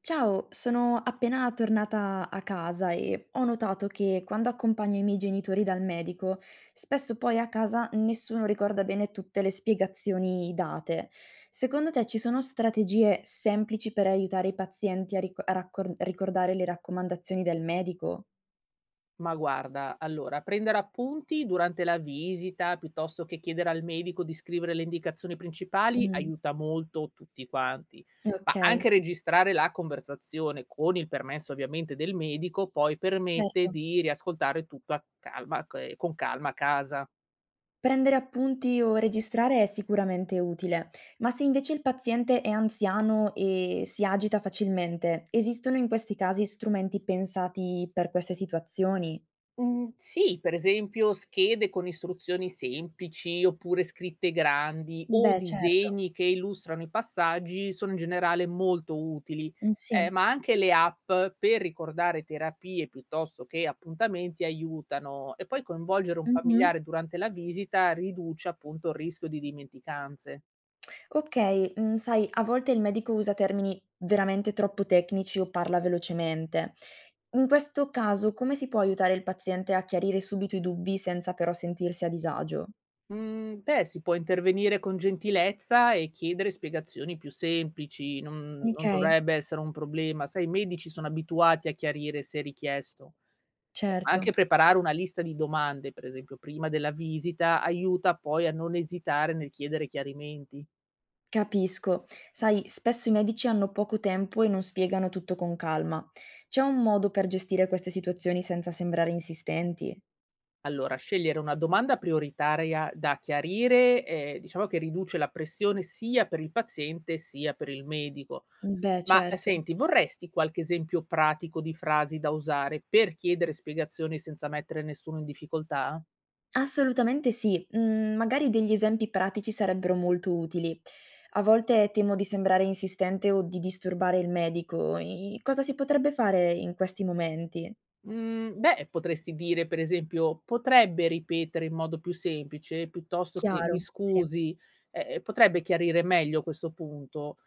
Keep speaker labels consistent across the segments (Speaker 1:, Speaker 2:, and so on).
Speaker 1: Ciao, sono appena tornata a casa e ho notato che quando accompagno i miei genitori dal medico, spesso poi a casa nessuno ricorda bene tutte le spiegazioni date. Secondo te ci sono strategie semplici per aiutare i pazienti a ricordare le raccomandazioni del medico?
Speaker 2: Ma guarda, allora, prendere appunti durante la visita, piuttosto che chiedere al medico di scrivere le indicazioni principali,
Speaker 1: Mm,
Speaker 2: aiuta molto tutti quanti.
Speaker 1: ok,
Speaker 2: Ma anche registrare la conversazione, con il permesso ovviamente del medico, poi permette
Speaker 1: certo.
Speaker 2: di riascoltare tutto a calma, con calma a casa.
Speaker 1: Prendere appunti o registrare è sicuramente utile, ma se invece il paziente è anziano e si agita facilmente, esistono in questi casi strumenti pensati per queste situazioni?
Speaker 2: Mhmm, sì, per esempio schede con istruzioni semplici, oppure scritte grandi o
Speaker 1: Beh, certo.
Speaker 2: disegni che illustrano i passaggi sono in generale molto utili.
Speaker 1: Mm, sì.
Speaker 2: Ma anche le app per ricordare terapie piuttosto che appuntamenti aiutano e poi coinvolgere un
Speaker 1: Mhm.
Speaker 2: familiare durante la visita riduce appunto il rischio di dimenticanze.
Speaker 1: Ok, mm, sai, a volte il medico usa termini veramente troppo tecnici o parla velocemente. In questo caso, come si può aiutare il paziente a chiarire subito i dubbi senza però sentirsi a disagio?
Speaker 2: Mhmm, Beh, si può intervenire con gentilezza e chiedere spiegazioni più semplici, non
Speaker 1: Ok,
Speaker 2: non dovrebbe essere un problema. Sai, i medici sono abituati a chiarire se richiesto. Anche
Speaker 1: certo.
Speaker 2: preparare una lista di domande, per esempio, prima della visita, aiuta poi a non esitare nel chiedere chiarimenti.
Speaker 1: Capisco. Sai, spesso i medici hanno poco tempo e non spiegano tutto con calma. C'è un modo per gestire queste situazioni senza sembrare insistenti?
Speaker 2: Allora, scegliere una domanda prioritaria da chiarire, diciamo che riduce la pressione sia per il paziente sia per il medico.
Speaker 1: Beh, certo.
Speaker 2: Senti, vorresti qualche esempio pratico di frasi da usare per chiedere spiegazioni senza mettere nessuno in difficoltà?
Speaker 1: Assolutamente sì. Mm, magari degli esempi pratici sarebbero molto utili. A volte temo di sembrare insistente o di disturbare il medico. Cosa si potrebbe fare in questi momenti?
Speaker 2: Mhmm, Beh, potresti dire per esempio: "Potrebbe ripetere in modo più semplice?" Piuttosto che: "Mi
Speaker 1: Chiaro, sì.
Speaker 2: scusi, potrebbe chiarire meglio questo punto?"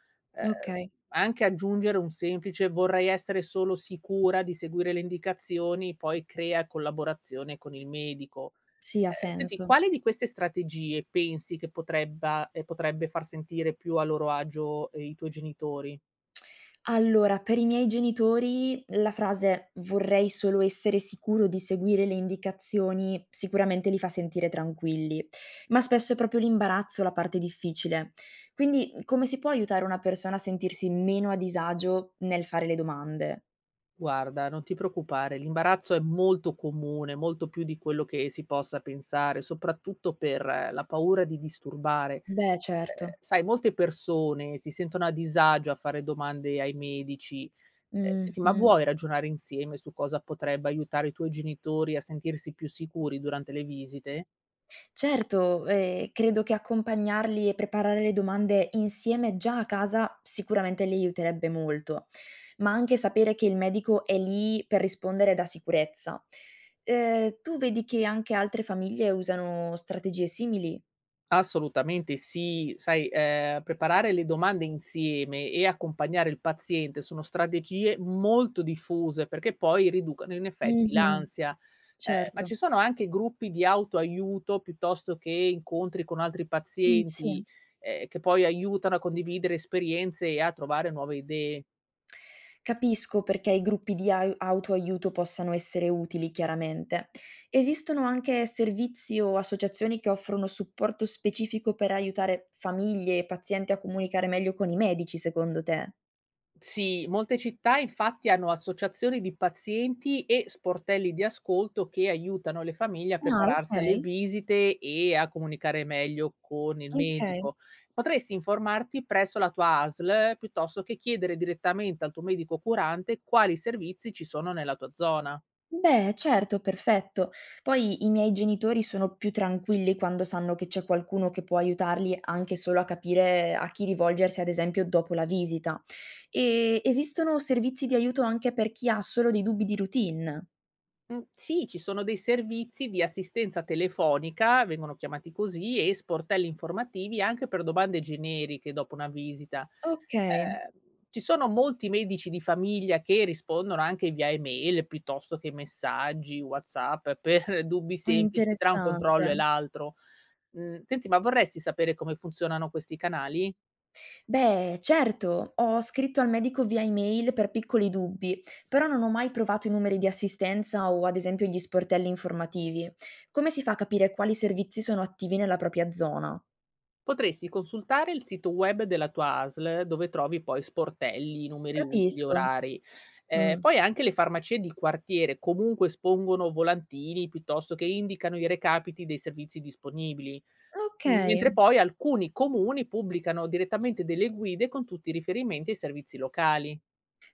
Speaker 1: Ok,
Speaker 2: Ehm, Anche aggiungere un semplice: "Vorrei essere solo sicura di seguire le indicazioni", poi crea collaborazione con il medico.
Speaker 1: sì, ha
Speaker 2: Senti,
Speaker 1: senso.
Speaker 2: quale di queste strategie pensi che potrebba potrebbe far sentire più a loro agio, i tuoi genitori?
Speaker 1: Allora, per i miei genitori la frase: "Vorrei solo essere sicuro di seguire le indicazioni", sicuramente li fa sentire tranquilli, ma spesso è proprio l'imbarazzo la parte difficile. Quindi, come si può aiutare una persona a sentirsi meno a disagio nel fare le domande?
Speaker 2: Guarda, non ti preoccupare, l'imbarazzo è molto comune, molto più di quello che si possa pensare, soprattutto per la paura di disturbare.
Speaker 1: Beh, certo.
Speaker 2: Sai, molte persone si sentono a disagio a fare domande ai medici. Senti, ma
Speaker 1: Mh-mh.
Speaker 2: vuoi ragionare insieme su cosa potrebbe aiutare i tuoi genitori a sentirsi più sicuri durante le visite?
Speaker 1: Certo, credo che accompagnarli e preparare le domande insieme già a casa sicuramente li aiuterebbe molto, ma anche sapere che il medico è lì per rispondere da sicurezza. Tu vedi che anche altre famiglie usano strategie simili?
Speaker 2: Assolutamente sì. Sai, preparare le domande insieme e accompagnare il paziente sono strategie molto diffuse, perché poi riducono in effetti
Speaker 1: Mh-mh,
Speaker 2: l'ansia. Ma
Speaker 1: certo.
Speaker 2: ci sono anche gruppi di autoaiuto, piuttosto che incontri con altri
Speaker 1: Sì.
Speaker 2: pazienti, che poi aiutano a condividere esperienze e a trovare nuove idee.
Speaker 1: Capisco perché i gruppi di ai autoaiuto possano essere utili, chiaramente. Esistono anche servizi o associazioni che offrono supporto specifico per aiutare famiglie e pazienti a comunicare meglio con i medici, secondo te?
Speaker 2: Sì, molte città infatti hanno associazioni di pazienti e sportelli di ascolto che aiutano le famiglie a
Speaker 1: Ah,
Speaker 2: prepararsi alle
Speaker 1: ok.
Speaker 2: visite e a comunicare meglio con il
Speaker 1: Ok.
Speaker 2: medico. Potresti informarti presso la tua ASL piuttosto che chiedere direttamente al tuo medico curante quali servizi ci sono nella tua zona.
Speaker 1: Beh, certo, perfetto. Poi i miei genitori sono più tranquilli quando sanno che c'è qualcuno che può aiutarli anche solo a capire a chi rivolgersi, ad esempio, dopo la visita. E esistono servizi di aiuto anche per chi ha solo dei dubbi di routine.
Speaker 2: Mm, sì, ci sono dei servizi di assistenza telefonica, vengono chiamati così, e sportelli informativi anche per domande generiche dopo una visita.
Speaker 1: Okay,
Speaker 2: Ehm, Ci sono molti medici di famiglia che rispondono anche via email piuttosto che messaggi, WhatsApp per dubbi semplici tra un controllo e
Speaker 1: interessante.
Speaker 2: l'altro. Senti, ma vorresti sapere come funzionano questi canali?
Speaker 1: Beh, certo, ho scritto al medico via email per piccoli dubbi, però non ho mai provato i numeri di assistenza o ad esempio gli sportelli informativi. Come si fa a capire quali servizi sono attivi nella propria zona?
Speaker 2: Potresti consultare il sito web della tua ASL, dove trovi poi sportelli, numeri utili,
Speaker 1: Capisco.
Speaker 2: orari.
Speaker 1: Mh.
Speaker 2: Poi anche le farmacie di quartiere comunque espongono volantini piuttosto che indicano i recapiti dei servizi disponibili.
Speaker 1: Okay.
Speaker 2: Mentre poi alcuni comuni pubblicano direttamente delle guide con tutti i riferimenti ai servizi locali.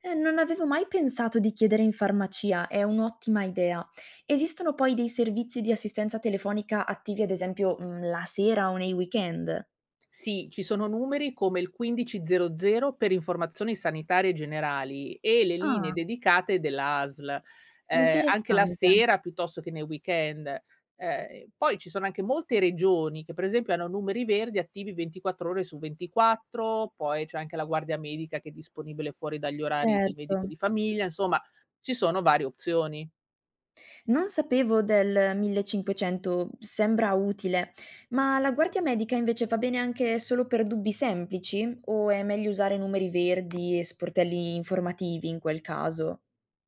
Speaker 1: Non avevo mai pensato di chiedere in farmacia, è un'ottima idea. Esistono poi dei servizi di assistenza telefonica attivi, ad esempio, mhmm, la sera o nei weekend?
Speaker 2: Sì, ci sono numeri come il 1500 per informazioni sanitarie generali e le linee
Speaker 1: Ah,
Speaker 2: dedicate della ASL, anche la
Speaker 1: interessante.
Speaker 2: sera piuttosto che nei weekend. Poi ci sono anche molte regioni che per esempio hanno numeri verdi attivi 24 ore su 24, poi c'è anche la guardia medica che è disponibile fuori dagli orari del
Speaker 1: Certo.
Speaker 2: medico di famiglia, insomma ci sono varie opzioni.
Speaker 1: Non sapevo del 1500, sembra utile. Ma la guardia medica invece va bene anche solo per dubbi semplici o è meglio usare numeri verdi e sportelli informativi in quel caso?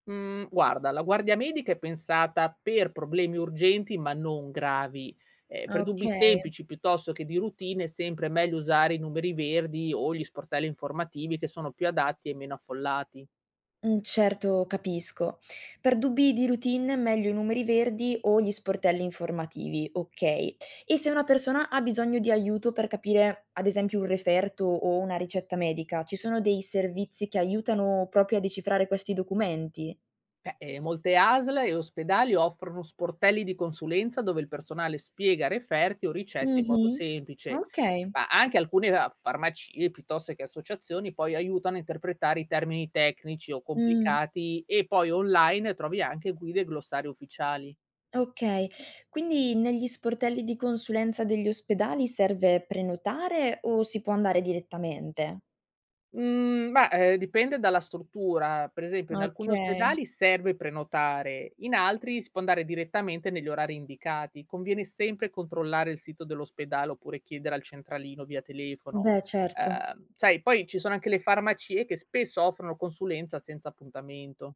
Speaker 2: Mhmm, Guarda, la guardia medica è pensata per problemi urgenti, ma non gravi. Per dubbi
Speaker 1: Okay.
Speaker 2: semplici piuttosto che di routine è sempre meglio usare i numeri verdi o gli sportelli informativi che sono più adatti e meno affollati.
Speaker 1: Certo, capisco. Per dubbi di routine meglio i numeri verdi o gli sportelli informativi, okay. E se una persona ha bisogno di aiuto per capire, ad esempio, un referto o una ricetta medica, ci sono dei servizi che aiutano proprio a decifrare questi documenti?
Speaker 2: Molte ASL e ospedali offrono sportelli di consulenza dove il personale spiega referti o ricette in modo
Speaker 1: Mh-mh.
Speaker 2: semplice.
Speaker 1: Okay.
Speaker 2: Ma anche alcune farmacie, piuttosto che associazioni, poi aiutano a interpretare i termini tecnici o
Speaker 1: Mh,
Speaker 2: complicati e poi online trovi anche guide e glossari ufficiali.
Speaker 1: okay. Quindi negli sportelli di consulenza degli ospedali serve prenotare o si può andare direttamente?
Speaker 2: Dipende dalla struttura. Per esempio in alcuni
Speaker 1: Okay.
Speaker 2: ospedali serve prenotare, in altri si può andare direttamente negli orari indicati. Conviene sempre controllare il sito dell'ospedale oppure chiedere al centralino via telefono.
Speaker 1: Beh, certo.
Speaker 2: Sai, poi ci sono anche le farmacie che spesso offrono consulenza senza appuntamento.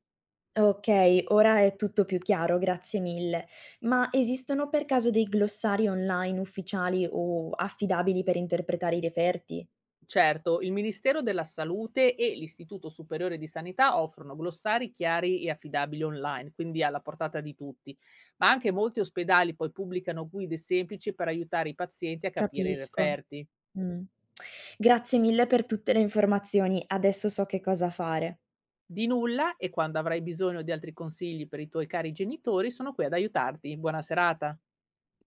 Speaker 1: Okay, ora è tutto più chiaro, grazie mille. Ma esistono per caso dei glossari online ufficiali o affidabili per interpretare i referti?
Speaker 2: Certo, il Ministero della Salute e l'Istituto Superiore di Sanità offrono glossari chiari e affidabili online, quindi alla portata di tutti, ma anche molti ospedali poi pubblicano guide semplici per aiutare i pazienti a capire i
Speaker 1: Capisco.
Speaker 2: referti.
Speaker 1: Mh. Grazie mille per tutte le informazioni, adesso so che cosa fare.
Speaker 2: Di nulla e quando avrai bisogno di altri consigli per i tuoi cari genitori sono qui ad aiutarti. Buona serata.